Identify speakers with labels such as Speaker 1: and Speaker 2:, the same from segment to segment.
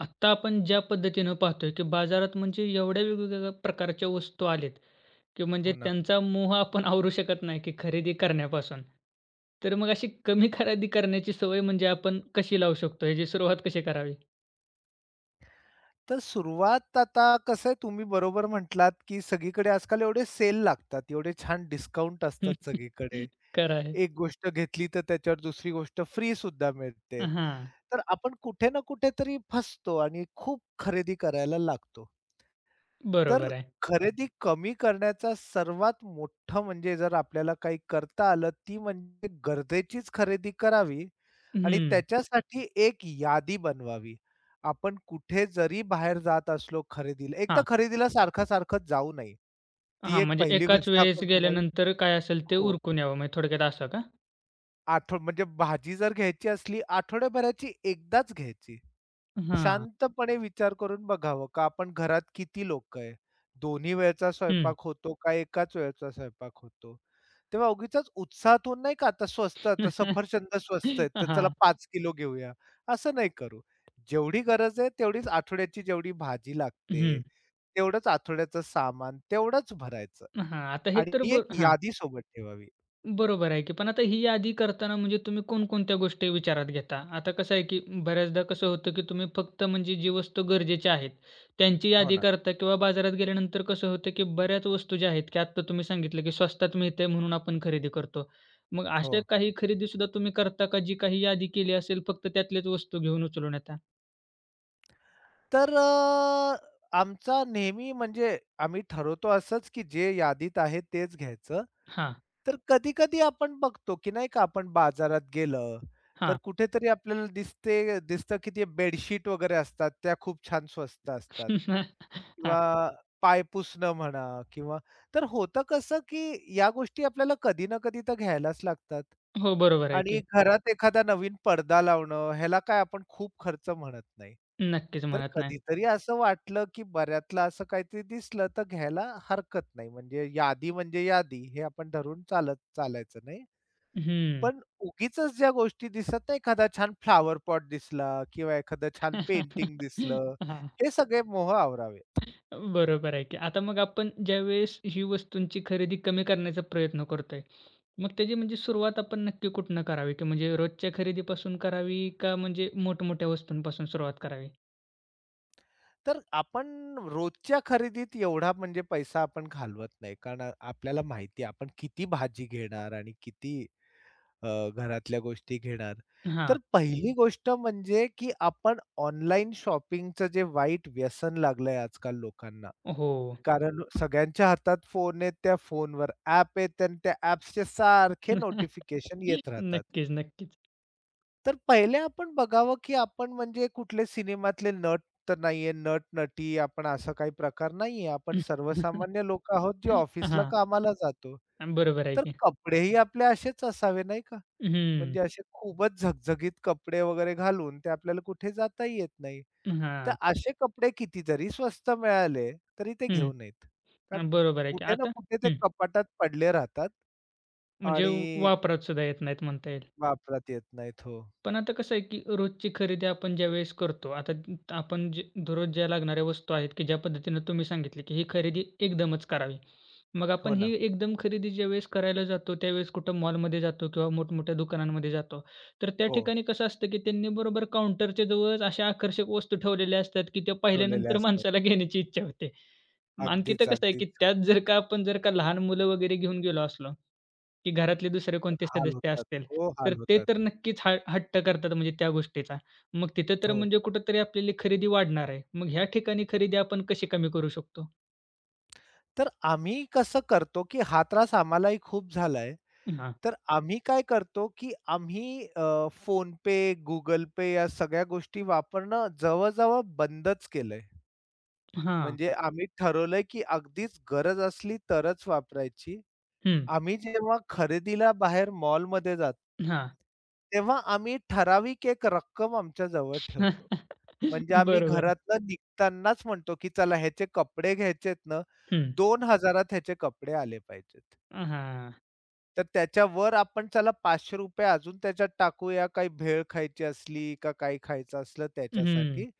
Speaker 1: आत्ता आपण ज्या पद्धतीनं पाहतोय, की बाजारात म्हणजे एवढ्या वेगवेगळ्या प्रकारच्या वस्तू आल्यात, की म्हणजे
Speaker 2: हो ना.
Speaker 1: त्यांचा मोह आपण आवरू शकत नाही, की खरेदी करण्यापासून. तर मग अशी कमी खरेदी करण्याची सवय म्हणजे आपण कशी लावू शकतो? ह्याची सुरुवात कशी करावी?
Speaker 2: तर सुरुवात आता कसं आहे तुम्ही बरोबर म्हटलात, की सगळीकडे आजकाल एवढे सेल लागतात, एवढे छान डिस्काउंट असतात सगळीकडे.
Speaker 1: खरं आहे.
Speaker 2: एक गोष्ट घेतली तर त्याच्यावर दुसरी गोष्ट फ्री सुद्धा मिळते.
Speaker 1: हां,
Speaker 2: तर आपण कुठे ना कुठेतरी फसतो आणि खूप खरेदी करायला लागतो. तर
Speaker 1: बरोबर आहे.
Speaker 2: खरेदी कमी करण्याचा सर्वात मोठं म्हणजे जर आपल्याला काही करता आलं, ती म्हणजे गरजेचीच खरेदी करावी आणि
Speaker 1: हं.
Speaker 2: त्याच्यासाठी एक यादी बनवावी. आपण कुठे जरी बाहेर जात असलो खरेदीला एक तर
Speaker 1: हां,
Speaker 2: खरेदीला सारखं-सारखं जाऊ नये. ती
Speaker 1: हां.
Speaker 2: एक
Speaker 1: म्हणजे
Speaker 2: पहिली
Speaker 1: एकाच
Speaker 2: गोष्ट
Speaker 1: वेळेस
Speaker 2: आपण करावी.
Speaker 1: गेल्यानंतर काय असेल ते
Speaker 2: हो.
Speaker 1: उरकून यावं म्हणजे थोडक्यात असं का?
Speaker 2: आठव म्हणजे भाजी जर घ्यायची असली आठवड्याभराची एकदाच घ्यायची.
Speaker 1: हां.
Speaker 2: शांतपणे विचार करून बघावं का आपण घरात किती लोकं आहे? दोन्ही वेळचा
Speaker 1: हं.
Speaker 2: स्वयंपाक होतो का एकाच वेळचा स्वयंपाक होतो? तेव्हा उगीचच उत्साहातून नाही का आता स्वस्त आता सफरचंद स्वस्त आहेत, तर चला
Speaker 1: हां.
Speaker 2: 5 किलो घेऊया, असं नाही करू. जेवढी गरज आहे तेवढीच आठवड्याची जेवढी भाजी लागते,
Speaker 1: हं.
Speaker 2: तेवढंच आठवड्याचं सामान, तेवढंच भरायचं
Speaker 1: हां. आता हे
Speaker 2: आणि
Speaker 1: तर ब
Speaker 2: एक
Speaker 1: हां.
Speaker 2: यादी सोबत ठेवावी.
Speaker 1: बरोबर आहे की. पण आता ही यादी करताना म्हणजे तुम्ही कोणकोणत्या गोष्टी विचारात घेता? आता कसं आहे की बऱ्याचदा कसं होतं की तुम्ही फक्त म्हणजे जी वस्तू गरजेच्या आहेत, त्यांची
Speaker 2: हो
Speaker 1: यादी
Speaker 2: ना.
Speaker 1: करता किंवा बाजारात गेल्यानंतर कसं होतं की बऱ्याच वस्तू ज्या आहेत की आत्ता तुम्ही सांगितलं की स्वस्तात मिळतंय म्हणून आपण खरेदी करतो. मग अशा
Speaker 2: हो.
Speaker 1: काही खरेदीसुद्धा तुम्ही करता का जी काही यादी केली असेल फक्त त्यातल्याच वस्तू घेऊन उचलून येता?
Speaker 2: तर आमचा नेहमी म्हणजे आम्ही ठरवतो असंच, की जे यादीत आहे तेच घ्यायचं.
Speaker 1: हां,
Speaker 2: तर कधी-कधी आपण बघतो, की नाही का आपण बाजारात गेलं, तर
Speaker 1: हां.
Speaker 2: कुठेतरी आपल्याला दिसतं, की ते बेडशीट वगैरे असतात त्या खूप छान स्वस्त असतात.
Speaker 1: हां.
Speaker 2: किंवा पाय पुसणं म्हणा किंवा तर होतं कसं, की या गोष्टी आपल्याला कधी ना कधी तर घ्यायलाच लागतात.
Speaker 1: हो, बरोबर आहे
Speaker 2: आणि
Speaker 1: की.
Speaker 2: घरात एखादा नवीन पडदा लावणं, ह्याला काय आपण खूप खर्च म्हणत नाही.
Speaker 1: नक्कीच
Speaker 2: तर
Speaker 1: म्हणत नाही.
Speaker 2: कधीतरी असं वाटलं, की बऱ्यातला असं काहीतरी दिसलं, तर घ्यायला हरकत नाही. म्हणजे यादी म्हणजे यादी हे आपण धरून चालायचं नाही.
Speaker 1: हं.
Speaker 2: पण उगीचच ज्या गोष्टी दिसत नाही, एखादा छान फ्लॉवर पॉट दिसला किंवा एखादं छान पेंटिंग दिसलं,
Speaker 1: हां.
Speaker 2: हे सगळे मोह आवरावे.
Speaker 1: बरोबर आहे की. आता मग आपण ज्यावेळेस ही वस्तूंची खरेदी कमी करण्याचा प्रयत्न करतोय, मग त्याची म्हणजे सुरुवात आपण नक्की कुठनं करावी? की म्हणजे रोजच्या खरेदीपासून करावी का म्हणजे मोठमोठ्या वस्तूंपासून सुरुवात करावी?
Speaker 2: तर आपण रोजच्या खरेदीत एवढा म्हणजे पैसा आपण घालवत नाही. कारण आपल्याला माहिती आहे आपण किती भाजी घेणार आणि किती अ, घरातल्या गोष्टी घेणार.
Speaker 1: हां.
Speaker 2: तर पहिली गोष्ट म्हणजे की आपण ऑनलाईन शॉपिंगचं जे वाईट व्यसन लागलंय आजकाल लोकांना.
Speaker 1: हो.
Speaker 2: कारण सगळ्यांच्या हातात फोन आहेत, त्या फोनवर ॲप आहेत आणि त्या ॲप्सचे सारखे नोटिफिकेशन येत राहतात.
Speaker 1: नक्कीच, नक्कीच.
Speaker 2: तर पहिले आपण बघावं, की आपण म्हणजे कुठले सिनेमातले नट तर नाहीये, नट-नटी आपण असा काही प्रकार नाहीये. आपण सर्वसामान्य लोकं आहोत, जे ऑफिसला
Speaker 1: हां.
Speaker 2: कामाला जातो.
Speaker 1: बरोबर आहे
Speaker 2: तर
Speaker 1: की.
Speaker 2: कपडेही आपले असेच असावे, नाही का?
Speaker 1: हं.
Speaker 2: म्हणजे असे खूपच झगझगीत कपडे वगैरे घालून ते आपल्याला कुठे जाताही येत नाही. तर
Speaker 1: हां.
Speaker 2: असे कपडे किती जरी स्वस्त मिळाले, तरी ते
Speaker 1: हं.
Speaker 2: घेऊ नयेत. कारण
Speaker 1: बरोबर आहे की.
Speaker 2: कुठे ना
Speaker 1: आता
Speaker 2: कुठे ते
Speaker 1: हं.
Speaker 2: कपाटात पडले राहतात
Speaker 1: म्हणजे
Speaker 2: आणि
Speaker 1: वापरात सुद्धा येत नाहीत म्हणता येईल.
Speaker 2: वापरात येत नाहीत. हो.
Speaker 1: पण आता कसं आहे, की रोजची खरेदी आपण ज्यावेळेस करतो, आता ती आपण जे दररोज ज्या लागणाऱ्या वस्तू आहेत, की ज्या पद्धतीनं तुम्ही सांगितले, की ही खरेदी एकदमच करावी. मग
Speaker 2: हो
Speaker 1: आपण ही
Speaker 2: ना.
Speaker 1: एकदम खरेदी ज्यावेळेस करायला जातो, त्यावेळेस कुठं मॉलमध्ये जातो किंवा मोठमोठ्या दुकानांमध्ये जातो. तर त्या
Speaker 2: हो.
Speaker 1: ठिकाणी कसं असतं, की त्यांनी बरोबर काउंटरच्या जवळच अशा आकर्षक वस्तू ठेवलेल्या असतात, की त्या
Speaker 2: ठेवलेले
Speaker 1: पाहिल्यानंतर
Speaker 2: असतात.
Speaker 1: माणसाला घेण्याची इच्छा होते. म आणि तिथं
Speaker 2: अगदीच,
Speaker 1: कसं आहे, की
Speaker 2: अगदीच.
Speaker 1: त्यात जर का आपण जर का लहान मुलं वगैरे घेऊन गेलो असलो की घरातले दुसरे कोणते
Speaker 2: हाल
Speaker 1: सदस्य
Speaker 2: होतात.
Speaker 1: असतील,
Speaker 2: हो,
Speaker 1: तर
Speaker 2: हाल
Speaker 1: ते
Speaker 2: होतात.
Speaker 1: तर नक्कीच हा हट्ट करतात म्हणजे त्या गोष्टीचा. मग तिथं तर
Speaker 2: हो.
Speaker 1: म्हणजे कुठेतरी आपल्याली खरेदी वाढणार आहे. मग ह्या ठिकाणी खरेदी आपण कशी कमी करू शकतो?
Speaker 2: तर आम्ही कसं करतो, की हा त्रास आम्हालाही खूप झालाय.
Speaker 1: हां,
Speaker 2: तर आम्ही काय करतो, की आम्ही अ, PhonePe, GooglePe या सगळ्या गोष्टी वापरणं जवळ-जवळ बंदच केलंय.
Speaker 1: हां,
Speaker 2: म्हणजे आम्ही ठरवलंय, की अगदीच गरज असली तरच वापरायची.
Speaker 1: हं,
Speaker 2: आम्ही जेव्हा खरेदीला बाहेर मॉलमध्ये जातो,
Speaker 1: हां.
Speaker 2: तेव्हा आम्ही ठराविक एक रक्कम आमच्या जवळ ठेवतो. म्हणजे आम्ही
Speaker 1: बरोबर.
Speaker 2: घरातनं निघतानाच म्हणतो, की चला ह्याचे कपडे घ्यायचेत ना,
Speaker 1: हं.
Speaker 2: 2000त ह्याचे कपडे आले पाहिजेत.
Speaker 1: हां.
Speaker 2: तर त्याच्यावर आपण चला ₹500 अजून त्याच्यात टाकूया, काही भेळ खायची असली का काही खायचं असलं
Speaker 1: हं.
Speaker 2: त्याच्यासाठी.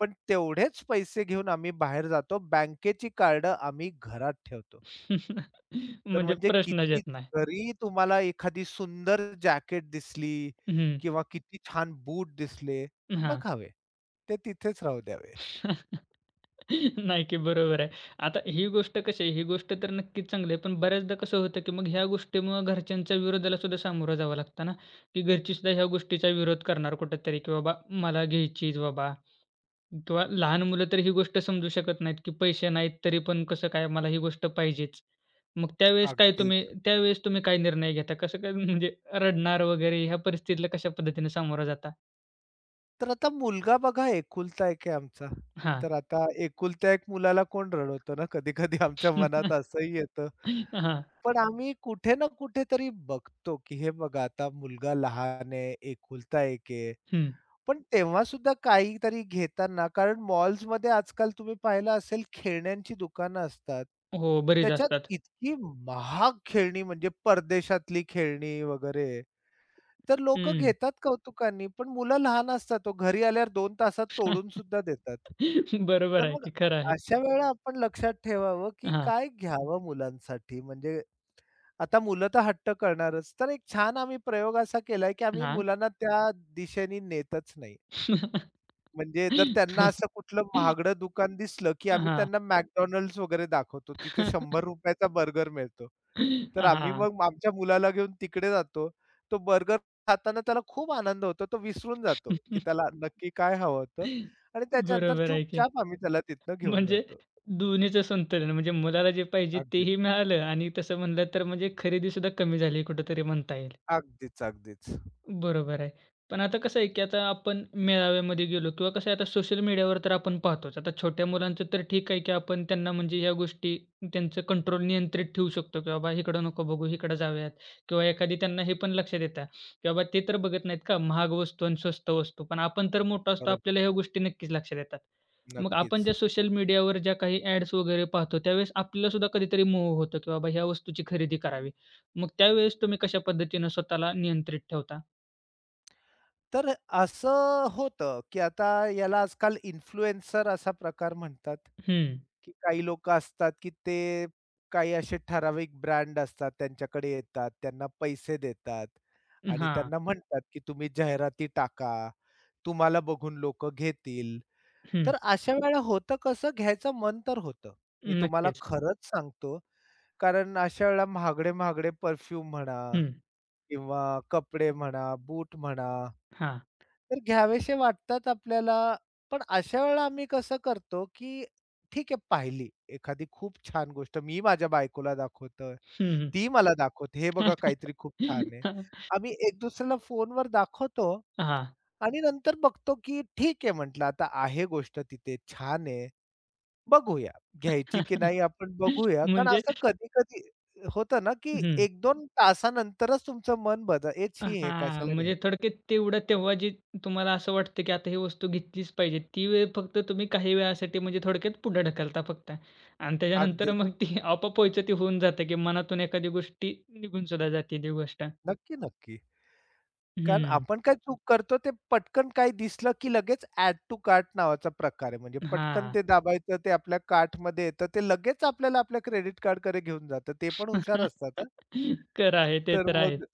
Speaker 2: पण तेवढेच पैसे घेऊन आम्ही बाहेर जातो. बँकेची कार्ड आम्ही घरात ठेवतो. तर
Speaker 1: म्हणजे
Speaker 2: म्हणजे
Speaker 1: प्रश्नच
Speaker 2: किती
Speaker 1: येत नाही.
Speaker 2: जरी तुम्हाला एखादी सुंदर जॅकेट दिसली
Speaker 1: हं.
Speaker 2: किंवा किती छान बूट दिसले,
Speaker 1: हां.
Speaker 2: बघावे. ते तिथेच राहू द्यावे.
Speaker 1: नाही की बरोबर आहे. आता ही गोष्ट कशी आहे, ही गोष्ट तर नक्कीच चांगली आहे. पण बऱ्याचदा कसं होतं, की मग ह्या गोष्टीमुळे घरच्यांच्या विरोधाला सुद्धा सामोरं जावं लागतं ना, की घरची सुद्धा ह्या गोष्टीचा विरोध करणार कुठेतरी, की बाबा मला घ्यायचीच बाबा किंवा लहान मुलं तर ही गोष्ट समजू शकत नाहीत, की पैसे नाहीत तरी पण कसं काय मला ही गोष्ट पाहिजेच. मग त्यावेळेस काय
Speaker 2: अगदी.
Speaker 1: तुम्ही त्यावेळेस तुम्ही काय निर्णय घेता? कसं काय म्हणजे रडणार वगैरे ह्या परिस्थितीला कशा पद्धतीने सामोरं जाता?
Speaker 2: तर आता मुलगा बघा एकुलता एक आहे आमचा.
Speaker 1: हां.
Speaker 2: तर आता एकुलत्या एक मुलाला कोण रडवतं ना, कधी-कधी आमच्या मनात असंही येतं.
Speaker 1: हां.
Speaker 2: पण आम्ही कुठे ना कुठेतरी बघतो, की हे बघा आता मुलगा लहान आहे, एकुलता एक आहे.
Speaker 1: हं.
Speaker 2: पण तेव्हा सुद्धा काहीतरी घेताना कारण मॉल्समध्ये आजकाल तुम्ही पाहिलं असेल खेळण्यांची दुकानं असतात.
Speaker 1: हो, बरीच
Speaker 2: त्याच्यात
Speaker 1: असतात.
Speaker 2: इतकी महाग खेळणी म्हणजे परदेशातली खेळणी वगैरे तर लोकं घेतात कौतुकाने, पण मुलं लहान असतात हो. घरी आल्यावर 2 तासात तोडून सुद्धा देतात.
Speaker 1: बरोबर
Speaker 2: तर
Speaker 1: आहे
Speaker 2: मग
Speaker 1: की खरं आहे.
Speaker 2: अशा वेळेला आपण लक्षात ठेवावं, की
Speaker 1: हां,
Speaker 2: काय घ्यावं मुलांसाठी. म्हणजे आता मुलं तर हट्ट करणारच. तर एक छान आम्ही प्रयोग असा केलाय, की आम्ही
Speaker 1: हां.
Speaker 2: मुलांना त्या दिशेने नेतच नाही. म्हणजे जर त्यांना असं कुठलं महागडं दुकान दिसलं, की आम्ही
Speaker 1: हां.
Speaker 2: त्यांना McDonald's वगैरे दाखवतो. तिथे ₹100 चा बर्गर मिळतो. तर आम्ही
Speaker 1: हां.
Speaker 2: मग आमच्या मुलाला घेऊन तिकडे जातो. तो बर्गर खाताना त्याला खूप आनंद होतो. तो विसरून जातो, की त्याला नक्की काय हवं होतं आणि त्याच्यानंतर
Speaker 1: बरोबर आहे की.
Speaker 2: चुपचाप आम्ही त्याला तिथनं घेऊन
Speaker 1: म्हणजे
Speaker 2: जातो.
Speaker 1: दोन्हीचं संतुलन म्हणजे मुलाला जे पाहिजे
Speaker 2: अगदीच.
Speaker 1: तेही मिळालं आणि तसं म्हणलं तर म्हणजे खरेदीसुद्धा कमी झाली कुठेतरी म्हणता येईल.
Speaker 2: अगदीच, अगदीच.
Speaker 1: बरोबर आहे. पण आता कसं आहे, की आता आपण मेळाव्यामध्ये गेलो किंवा कसं आहे आता सोशल मीडियावर तर आपण पाहतोच. आता छोट्या मुलांचं तर ठीक आहे, की आपण त्यांना म्हणजे ह्या गोष्टी त्यांचं कंट्रोल नियंत्रित ठेवू शकतो, की बाबा इकडं नको बघू, इकडं जाऊयात किंवा एखादी त्यांना हे पण लक्षात येतं, की बाबा ते तर बघत नाहीत का महाग वस्तू आणि स्वस्त वस्तू. पण आपण तर मोठा असतो,
Speaker 2: बरोबर.
Speaker 1: आपल्याला ह्या गोष्टी नक्कीच लक्षात येतात. मग आपण
Speaker 2: नक्कीच.
Speaker 1: ज्या सोशल मीडियावर ज्या काही ॲड्स वगैरे पाहतो, त्यावेळेस आपल्याला सुद्धा कधीतरी मोह होतो, की बाबा ह्या वस्तूची खरेदी करावी. मग त्यावेळेस तुम्ही कशा पद्धतीनं स्वतःला नियंत्रित ठेवता?
Speaker 2: तर असं होतं, की आता याला आजकाल इन्फ्लुएन्सर असा प्रकार म्हणतात,
Speaker 1: हं.
Speaker 2: की काही लोक असतात, की ते काही असे ठराविक ब्रँड असतात त्यांच्याकडे येतात, त्यांना पैसे देतात आणि
Speaker 1: हां.
Speaker 2: त्यांना म्हणतात, की तुम्ही जाहिराती टाका, तुम्हाला बघून लोकं घेतील.
Speaker 1: हं.
Speaker 2: तर अशा वेळेला होतं कसं घ्यायचं मन तर होतं. मी तुम्हाला
Speaker 1: नक्कीच.
Speaker 2: खरंच सांगतो, कारण अशा वेळेला महागडे-महागडे परफ्यूम म्हणा
Speaker 1: हं.
Speaker 2: किंवा कपडे म्हणा, बूट म्हणा
Speaker 1: हां.
Speaker 2: तर घ्यावेसे वाटतात आपल्याला. पण अशा वेळेला आम्ही कसं करतो, की ठीक आहे पाहिली एखादी खूप छान गोष्ट. मी माझ्या बायकोला दाखवतोय,
Speaker 1: हं, हं.
Speaker 2: ती मला दाखवते, "हे बघा काहीतरी खूप छान आहे." आम्ही एक दुसऱ्याला फोनवर दाखवतो
Speaker 1: हां.
Speaker 2: आणि नंतर बघतो, की ठीक आहे म्हटलं आता आहे गोष्ट तिथे छान आहे. बघूया घ्यायची की नाही आपण बघूया. कारण
Speaker 1: म्हणजे
Speaker 2: असं कधी-कधी होतं ना, की
Speaker 1: हं.
Speaker 2: 1-2 तासानंतरच तुमचं मन बदल "एच ही हे
Speaker 1: हां.
Speaker 2: कशाला
Speaker 1: म्हणजे
Speaker 2: घ्यायचं."
Speaker 1: थोडक्यात तेवढं तेव्हा जी तुम्हाला असं वाटतं, की आता ही वस्तू घेतलीच पाहिजे, ती वेळ फक्त तुम्ही काही वेळासाठी म्हणजे थोडक्यात पुढे ढकलता फक्त आणि त्याच्यानंतर
Speaker 2: अगदीच.
Speaker 1: मग ती आपोआपच ती होऊन जाते, की मनातून एखादी गोष्टी निघून सुद्धा जाते ती गोष्ट.
Speaker 2: नक्की, नक्की. कारण
Speaker 1: हं.
Speaker 2: आपण काय चूक करतो ते पटकन काही दिसलं, की लगेच ॲड टू कार्ट नावाचा प्रकार आहे. म्हणजे पटकन
Speaker 1: हां.
Speaker 2: ते दाबायचं ते आपल्या कार्टमध्ये येतं. ते लगेच आपल्याला आपल्या क्रेडिट कार्डकडे घेऊन जातं. ते पण हुशार असतात हां.
Speaker 1: खरं आहे. ते
Speaker 2: तर
Speaker 1: तर आहे.
Speaker 2: मग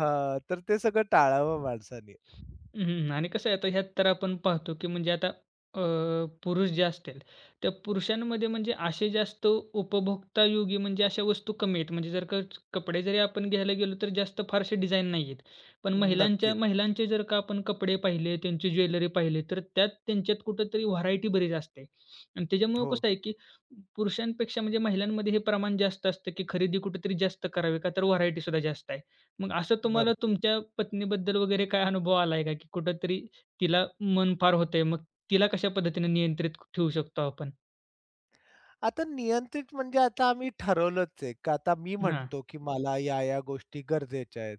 Speaker 2: हां, तर ते सगळं टाळावं माणसाने.
Speaker 1: हं, हं. आणि कसं आहे आता ह्यात तर आपण पाहतो, की म्हणजे आता अ, पुरुष जे असतील, त्या पुरुषांमध्ये म्हणजे असे जास्त उपभोक्तायोगी म्हणजे अशा वस्तू कमी आहेत. म्हणजे जर का कपडे जरी आपण घ्यायला गेलो, तर जास्त फारसे डिझाइन नाही आहेत. पण महिलांच्या
Speaker 2: नक्कीच.
Speaker 1: महिलांचे जर का आपण कपडे पाहिले, त्यांची ज्वेलरी पाहिली, तर त्यात त्यांच्यात कुठेतरी व्हरायटी बरीच असते. आणि त्याच्यामुळं
Speaker 2: हो,
Speaker 1: कसं आहे, की पुरुषांपेक्षा म्हणजे महिलांमध्ये हे प्रमाण जास्त असतं, की खरेदी कुठेतरी जास्त करावी का, तर व्हरायटीसुद्धा जास्त आहे. मग असं तुम्हाला
Speaker 2: भरपूर.
Speaker 1: तुमच्या पत्नीबद्दल वगैरे काय अनुभव आलाय का? की कुठेतरी तिला मन फार होतंय, मग तिला कशा पद्धतीने नियंत्रित ठेवू शकतो आपण?
Speaker 2: आता नियंत्रित म्हणजे आता आम्ही ठरवलंच आहे, का आता मी
Speaker 1: हां.
Speaker 2: म्हणतो, की मला या-या गोष्टी गरजेच्या आहेत.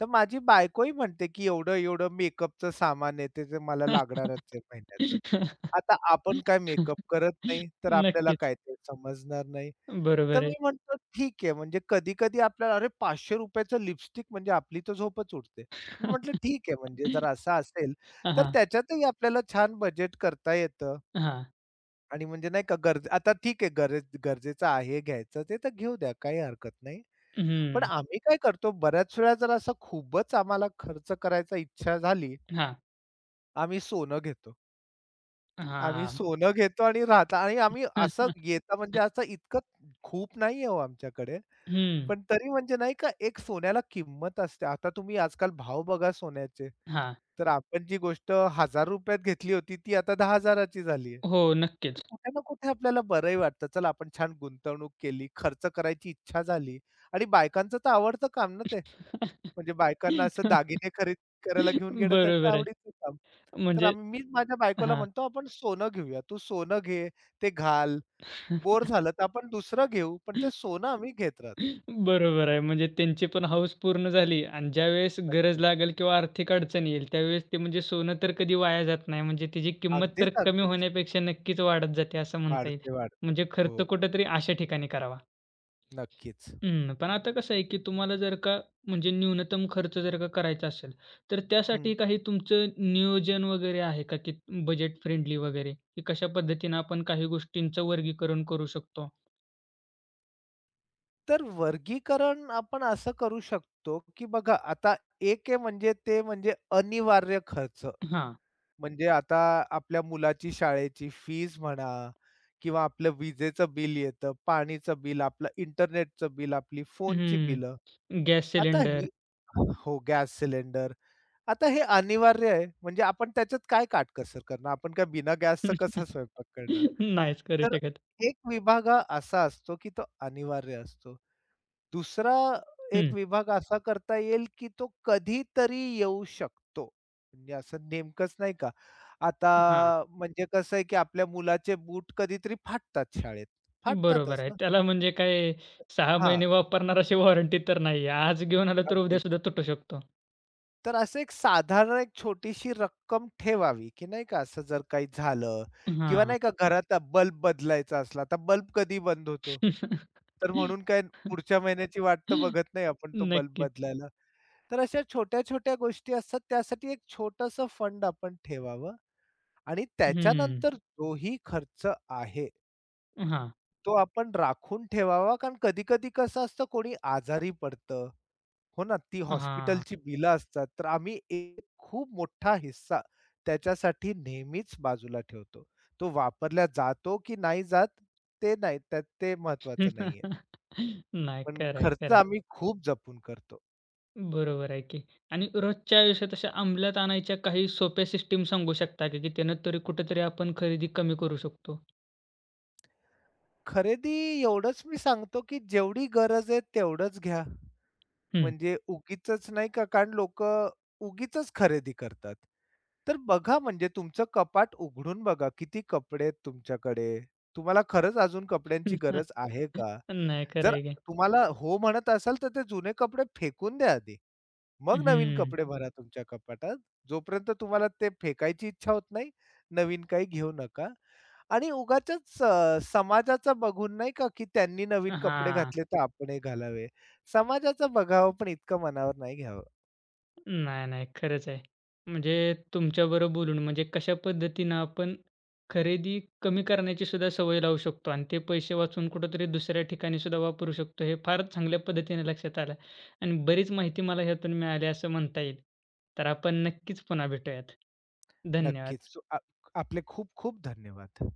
Speaker 2: तर माझी बायकोही म्हणते, की एवढं-एवढं मेकअपचं सामान आहे, ते तर मला लागणारच आहे महिन्याचं. आता आपण काय मेकअप करत नाही, तर आपल्याला
Speaker 1: नक्कीच.
Speaker 2: काय ते समजणार नाही. तर
Speaker 1: बरोबर
Speaker 2: मी
Speaker 1: आहे.
Speaker 2: म्हणतो ठीक आहे, म्हणजे कधी-कधी आपल्याला अरे ₹500 चं लिपस्टिक म्हणजे आपली तर झोपच उडते. मी म्हटलं ठीक आहे, म्हणजे जर असं असेल, तर
Speaker 1: हां,
Speaker 2: त्याच्यातही आपल्याला छान बजेट करता येतं
Speaker 1: हां.
Speaker 2: आणि म्हणजे नाही का गरज आता ठीक आहे गरज गरजेचं आहे घ्यायचं ते तर घेऊ द्या, काही हरकत नाही. पण
Speaker 1: हं.
Speaker 2: आम्ही काय करतो बऱ्याच वेळा जर असा खूपच आम्हाला खर्च करायचा इच्छा झाली,
Speaker 1: हां,
Speaker 2: आम्ही सोनं घेतो. आम्ही
Speaker 1: हां.
Speaker 2: सोनं घेतो आणि राहता आणि आम्ही असं घेता म्हणजे असं इतकं खूप नाहीये हो आमच्याकडे.
Speaker 1: हं.
Speaker 2: पण तरी म्हणजे नाही का एक सोन्याला किंमत असते. आता तुम्ही आजकाल भाव बघा सोन्याचे.
Speaker 1: हां.
Speaker 2: तर आपण जी गोष्ट ₹1000 त घेतली होती ती आता 10,000ची झाली आहे.
Speaker 1: हो,
Speaker 2: तर
Speaker 1: नक्कीच.
Speaker 2: कुठे ना कुठे आपल्याला बरंही वाटतं. चला आपण छान गुंतवणूक केली, खर्च करायची इच्छा झाली आणि बायकांचं तर आवडतं काम ना ते. म्हणजे बायकांना असं दागिने खरेदी करायला घेऊन घेणं त्यांचं
Speaker 1: बरोबर आहे.
Speaker 2: आवडीचं काम. तर
Speaker 1: म्हणजे
Speaker 2: आम्ही मीच माझ्या बायकोला
Speaker 1: हां.
Speaker 2: म्हणतो, "आपण सोनं घेऊया. तू सोनं घे, ते घाल. बोर झालं तर आपण दुसरं घेऊ." पण ते सोनं आम्ही घेत राहतो.
Speaker 1: बरोबर आहे. म्हणजे त्यांची पण हौस पूर्ण झाली आणि ज्यावेळेस गरज
Speaker 2: नक्कीच.
Speaker 1: लागेल किंवा आर्थिक अडचण येईल, त्यावेळेस ते म्हणजे सोनं तर कधी वाया जात नाही. म्हणजे त्याची किंमत तर
Speaker 2: अगदीच,
Speaker 1: कमी
Speaker 2: अगदीच.
Speaker 1: होण्यापेक्षा नक्कीच वाढत जाते असं म्हणता येईल.
Speaker 2: वाढते, वाढते.
Speaker 1: म्हणजे खर्च
Speaker 2: हो,
Speaker 1: कुठेतरी अशा ठिकाणी करावा.
Speaker 2: नक्कीच.
Speaker 1: हं. पण आता कसं आहे, की तुम्हाला जर का म्हणजे न्यूनतम खर्च जर का करायचा असेल, तर
Speaker 2: हं.
Speaker 1: त्यासाठी काही तुमचं नियोजन वगैरे आहे का, की बजेट फ्रेंडली वगैरे, की कशा पद्धतीनं आपण काही गोष्टींचं वर्गीकरण करू शकतो?
Speaker 2: तर वर्गीकरण आपण असं करू शकतो, की बघा आता एक आहे म्हणजे ते म्हणजे अनिवार्य खर्च.
Speaker 1: हां.
Speaker 2: म्हणजे आता आपल्या मुलाची शाळेची फीज म्हणा किंवा आपलं विजेचं बिल येतं, पाणीचं बिल, आपलं इंटरनेटचं बिल, आपली फोनची बिलं.
Speaker 1: हं. गॅस
Speaker 2: आता
Speaker 1: सिलेंडर.
Speaker 2: ही हो, गॅस सिलेंडर. आता हे अनिवार्य आहे. म्हणजे आपण त्याच्यात काय काटकसर करणार? आपण काय बिना गॅसचा कसा स्वयंपाक करणार?
Speaker 1: नाहीच करू
Speaker 2: तर
Speaker 1: शकत.
Speaker 2: एक विभाग हा असा असतो, की तो अनिवार्य असतो. दुसरा एक
Speaker 1: हं.
Speaker 2: विभाग असा करता येईल, की तो कधीतरी येऊ शकतो. म्हणजे असं नेमकंच नाही का. आता
Speaker 1: हां.
Speaker 2: म्हणजे कसं आहे, की आपल्या मुलाचे बूट कधीतरी फाटतात शाळेत.
Speaker 1: बरोबर
Speaker 2: फाटतातच
Speaker 1: आहे.
Speaker 2: ना.
Speaker 1: त्याला म्हणजे काय 6
Speaker 2: हां,
Speaker 1: महिने वापरणार अशी वॉरंटी तर नाही आज घेऊन आलं तर उद्या
Speaker 2: अगदीच.
Speaker 1: सुद्धा तुटू शकतो.
Speaker 2: तर असं एक साधारण एक छोटीशी रक्कम ठेवावी, की नाही का असं जर काही झालं किंवा
Speaker 1: हां.
Speaker 2: नाही का घरातला बल्ब बदलायचा असला, तर बल्ब कधी बंद होतो. तर म्हणून काय पुढच्या महिन्याची वाट तर बघत नाही आपण तो बल्ब
Speaker 1: नक्कीच.
Speaker 2: बदलायला. तर अशा छोट्या-छोट्या गोष्टी असतात त्यासाठी एक छोटंसं फंड आपण ठेवावं आणि
Speaker 1: हं.
Speaker 2: त्याच्यानंतर जोही खर्च आहे,
Speaker 1: हां,
Speaker 2: तो आपण राखून ठेवावा. कारण कधी-कधी कसं असतं कोणी आजारी पडतं, हो ना? ती
Speaker 1: हां.
Speaker 2: हॉस्पिटलची बिलं असतात. तर आम्ही एक खूप मोठा हिस्सा त्याच्यासाठी नेहमीच बाजूला ठेवतो. तो वापरला जातो की नाही जात ते नाही, त्यात ते महत्वाचं नाहीये.
Speaker 1: नाही
Speaker 2: पण
Speaker 1: खरं आहे,
Speaker 2: खर्च आम्ही खूप जपून करतो.
Speaker 1: बरोबर आहे की. आणि रोजच्या आयुष्यात अशा अंमलात आणायच्या काही सोप्या सिस्टम सांगू शकता का, की त्यानं तरी कुठेतरी आपण खरेदी कमी करू शकतो?
Speaker 2: खरेदी एवढंच मी सांगतो, की जेवढी गरज आहे तेवढंच घ्या.
Speaker 1: हं.
Speaker 2: म्हणजे उगीचच नाही का, कारण लोकं उगीचच खरेदी करतात. तर बघा म्हणजे तुमचं कपाट उघडून बघा, किती कपडे आहेत तुमच्याकडे? तुम्हाला खरंच अजून कपड्यांची गरज आहे का?
Speaker 1: नाही
Speaker 2: जर
Speaker 1: खरं की.
Speaker 2: तुम्हाला हो म्हणत असाल, तर ते जुने कपडे फेकून द्या आधी. मग नवीन
Speaker 1: हं.
Speaker 2: कपडे भरा तुमच्या कपाटात. जोपर्यंत तुम्हाला ते फेकायची इच्छा होत नाही, नवीन काही घेऊ नका. आणि उगाचच समाजाचं बघून नाही का, की त्यांनी नवीन कपडे
Speaker 1: हां.
Speaker 2: घातले तर आपण हे घालावे. समाजाचं बघावं पण इतकं मनावर नाही घ्यावं.
Speaker 1: नाही, नाही. खरंच आहे. म्हणजे तुमच्याबरोबर बोलून म्हणजे कशा पद्धतीनं आपण खरेदी कमी करण्याची सुद्धा सवय लावू शकतो आणि ते पैसे वाचवून कुठेतरी दुसऱ्या ठिकाणी सुद्धा वापरू शकतो. हे फार चांगल्या पद्धतीने लक्षात आलं आणि बरीच माहिती मला ह्यातून मिळाली असं म्हणता येईल. तर आपण नक्कीच पुन्हा भेटूयात.
Speaker 2: नक्कीच.
Speaker 1: धन्यवाद.
Speaker 2: सो आ आपले खूप खूप धन्यवाद.